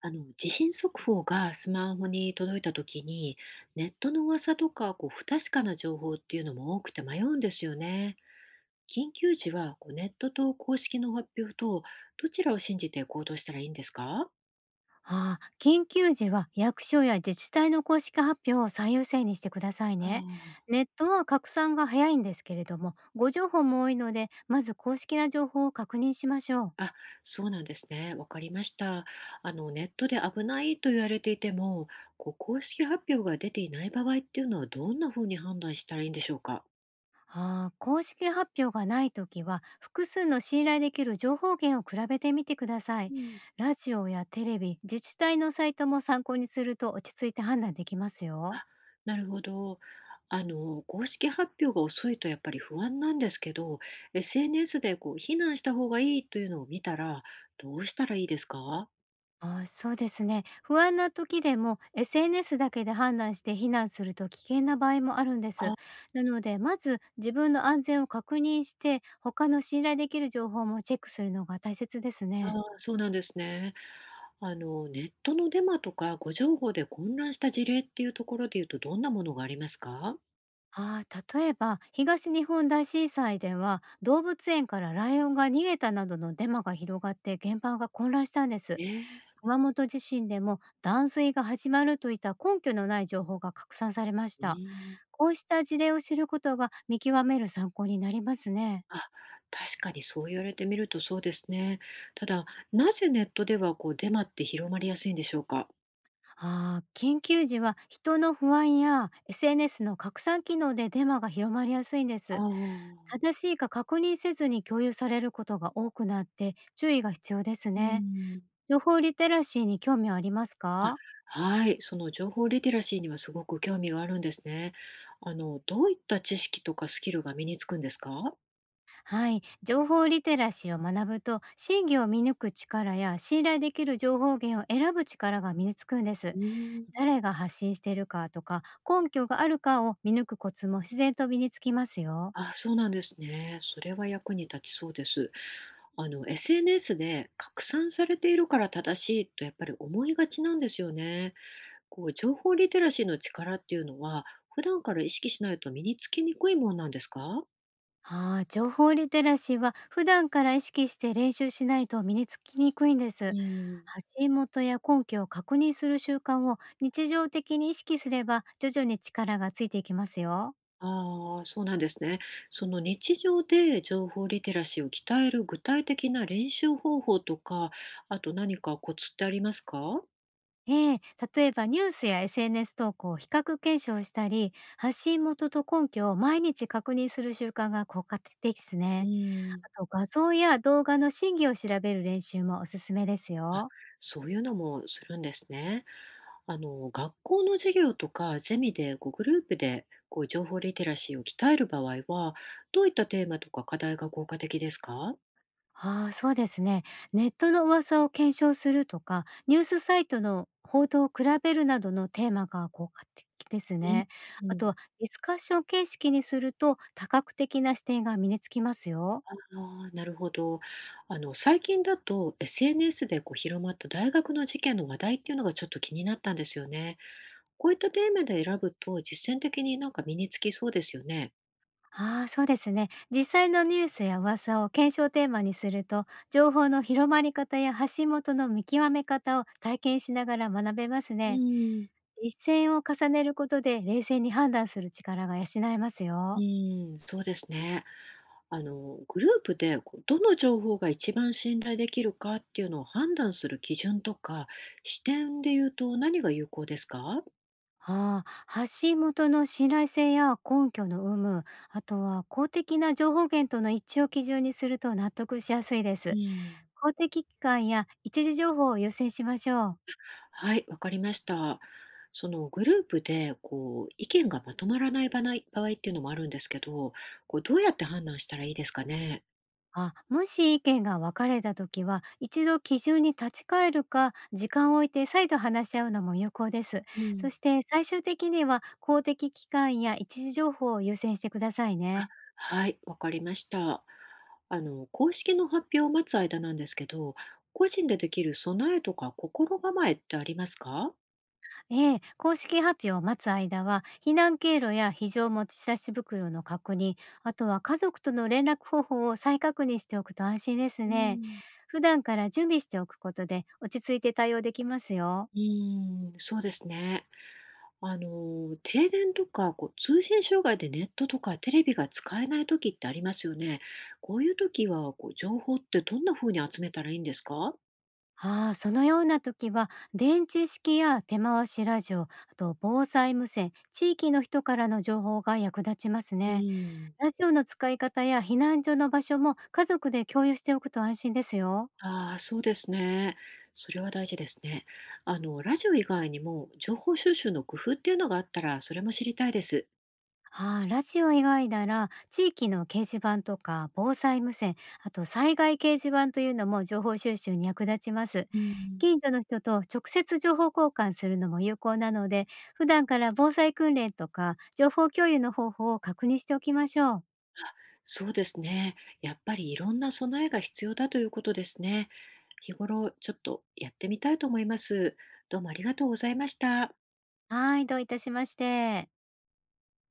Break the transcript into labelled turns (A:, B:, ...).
A: 地震速報がスマホに届いた時に、ネットの噂とか不確かな情報っていうのも多くて迷うんですよね。緊急時はネットと公式の発表とどちらを信じて行動したらいいんですか？
B: ああ、緊急時は役所や自治体の公式発表を最優先にしてくださいね。
A: あ
B: ネットは拡散が早いんですけれども、ご情報も多いので、まず公式な情報を確認しましょう。
A: あ、あ、そうなんですね。わかりました。ネットで危ないと言われていても、公式発表が出ていない場合っていうのはどんなふうに判断したらいいんでしょうか？
B: ああ、公式発表がないときは、複数の信頼できる情報源を比べてみてください。
A: うん。
B: ラジオやテレビ、自治体のサイトも参考にすると落ち着いて判断できますよ。
A: あ、なるほど。公式発表が遅いとやっぱり不安なんですけど、SNS で避難した方がいいというのを見たら、どうしたらいいですか？
B: ああ、そうですね。不安な時でも SNS だけで判断して避難すると危険な場合もあるんです。
A: あ
B: なので、まず自分の安全を確認して、他の信頼できる情報もチェックするのが大切です
A: あ
B: ね。
A: ー、そうなんですね。ネットのデマとか誤情報で混乱した事例っていうところで言うと、どんなものがありますか？
B: ああ、例えば東日本大震災では動物園からライオンが逃げたなどのデマが広がって現場が混乱したんです。
A: ええ、
B: 熊本地震でも断水が始まるといった根拠のない情報が拡散されまし
A: う
B: た。
A: ーん。
B: こうした事例を知ることが見極める参考になりますね。
A: あ、確かにそう言われてみるとそうですね。ただ、なぜネットではデマって広まりやすいんでしょうか？
B: ああ、緊急時は人の不安や SNS の拡散機能でデマが広まりやすいんで
A: ああ
B: す。
A: ー、
B: 正しいか確認せずに共有されることが多くなって注意が必要です
A: うー
B: ね。
A: ん。
B: 情報リテラシーに興味はあります
A: あ、
B: か？
A: はい、その情報リテラシーにはすごく興味があるんですね。どういった知識とかスキルが身につくんですか？
B: はい、情報リテラシーを学ぶと真偽を見抜く力や信頼できる情報源を選ぶ力が身につくんです。
A: うーん。
B: 誰が発信しているかとか、根拠があるかを見抜くコツも自然と身につきますよ。
A: あ、そうなんですね。それは役に立ちそうです。SNS で拡散されているから正しいとやっぱり思いがちなんですよね。情報リテラシーの力っていうのは、普段から意識しないと身につきにくいもんなんですか？
B: ああ、情報リテラシーは普段から意識して練習しないと身につきにくいんで
A: う
B: す。
A: ーん。
B: 発信元や根拠を確認する習慣を日常的に意識すれば徐々に力がついていきますよ。
A: ああ、そうなんですね。その日常で情報リテラシーを鍛える具体的な練習方法とか、あと何かコツってありますか？
B: ええ、例えばニュースや SNS 投稿を比較検証したり、発信元と根拠を毎日確認する習慣が効果的です
A: う
B: ね。
A: ん。
B: あと画像や動画の真偽を調べる練習もおすすめです
A: あ、
B: よ。
A: そういうのもするんですね。学校の授業とかゼミでグループで情報リテラシーを鍛える場合は、どういったテーマとか課題が効果的ですか？
B: ああ、そうですね。ネットの噂を検証するとか、ニュースサイトの報道を比べるなどのテーマが効果的ですね。
A: う
B: あと
A: ん。
B: はディスカッション形式にすると多角的な視点が身につきますよ。
A: ああ、なるほど。最近だと SNS で広まった大学の事件の話題っていうのがちょっと気になったんですよね。こういったテーマで選ぶと実践的になんか身につきそうですよね。
B: ああ、そうですね。実際のニュースや噂を検証テーマにすると、情報の広まり方や発信元の見極め方を体験しながら学べます
A: う
B: ね。
A: ん、
B: 実践を重ねることで冷静に判断する力が養えます
A: う
B: よ。
A: ん、そうですね。グループでどの情報が一番信頼できるかっていうのを判断する基準とか視点で言うと何が有効ですか？
B: ああ、発信元の信頼性や根拠の有無、あとは公的な情報源との一致を基準にすると納得しやすいで
A: う
B: す。
A: ん。
B: 公的機関や一時情報を優先しましょう。
A: はい、わかりました。そのグループで意見がまとまらないない場合っていうのもあるんですけど、どうやって判断したらいいですかね。
B: あ、もし意見が分かれた時は、一度基準に立ち返るか、時間を置いて再度話し合うのも有効です。
A: う
B: そ
A: ん、
B: して最終的には公的機関や一時情報を優先してください
A: あ、
B: ね。
A: はい、わかりました。公式の発表を待つ間なんですけど、個人でできる備えとか心構えってありますか？
B: ええ、公式発表を待つ間は、避難経路や非常持ち差し袋の確認、あとは家族との連絡方法を再確認しておくと安心です
A: う
B: ね。
A: ん。
B: 普段から準備しておくことで落ち着いて対応できますよ。
A: うーん、そうですね。停電とか、通信障害でネットとかテレビが使えない時ってありますよね。こういう時は、情報ってどんな風に集めたらいいんですか？
B: ああ、そのような時は、電池式や手回しラジオ、あと防災無線、地域の人からの情報が役立ちます
A: う
B: ね。
A: ん。
B: ラジオの使い方や避難所の場所も家族で共有しておくと安心ですよ。
A: ああ、そうですね。それは大事ですね。ラジオ以外にも情報収集の工夫っていうのがあったら、それも知りたいです。
B: ああ、ラジオ以外なら地域の掲示板とか防災無線、あと災害掲示板というのも情報収集に役立ちます。
A: うん。
B: 近所の人と直接情報交換するのも有効なので、普段から防災訓練とか情報共有の方法を確認しておきましょう。
A: そうですね。やっぱりいろんな備えが必要だということですね。日頃ちょっとやってみたいと思います。どうもありがとうございました。
B: はい、どういたしまして。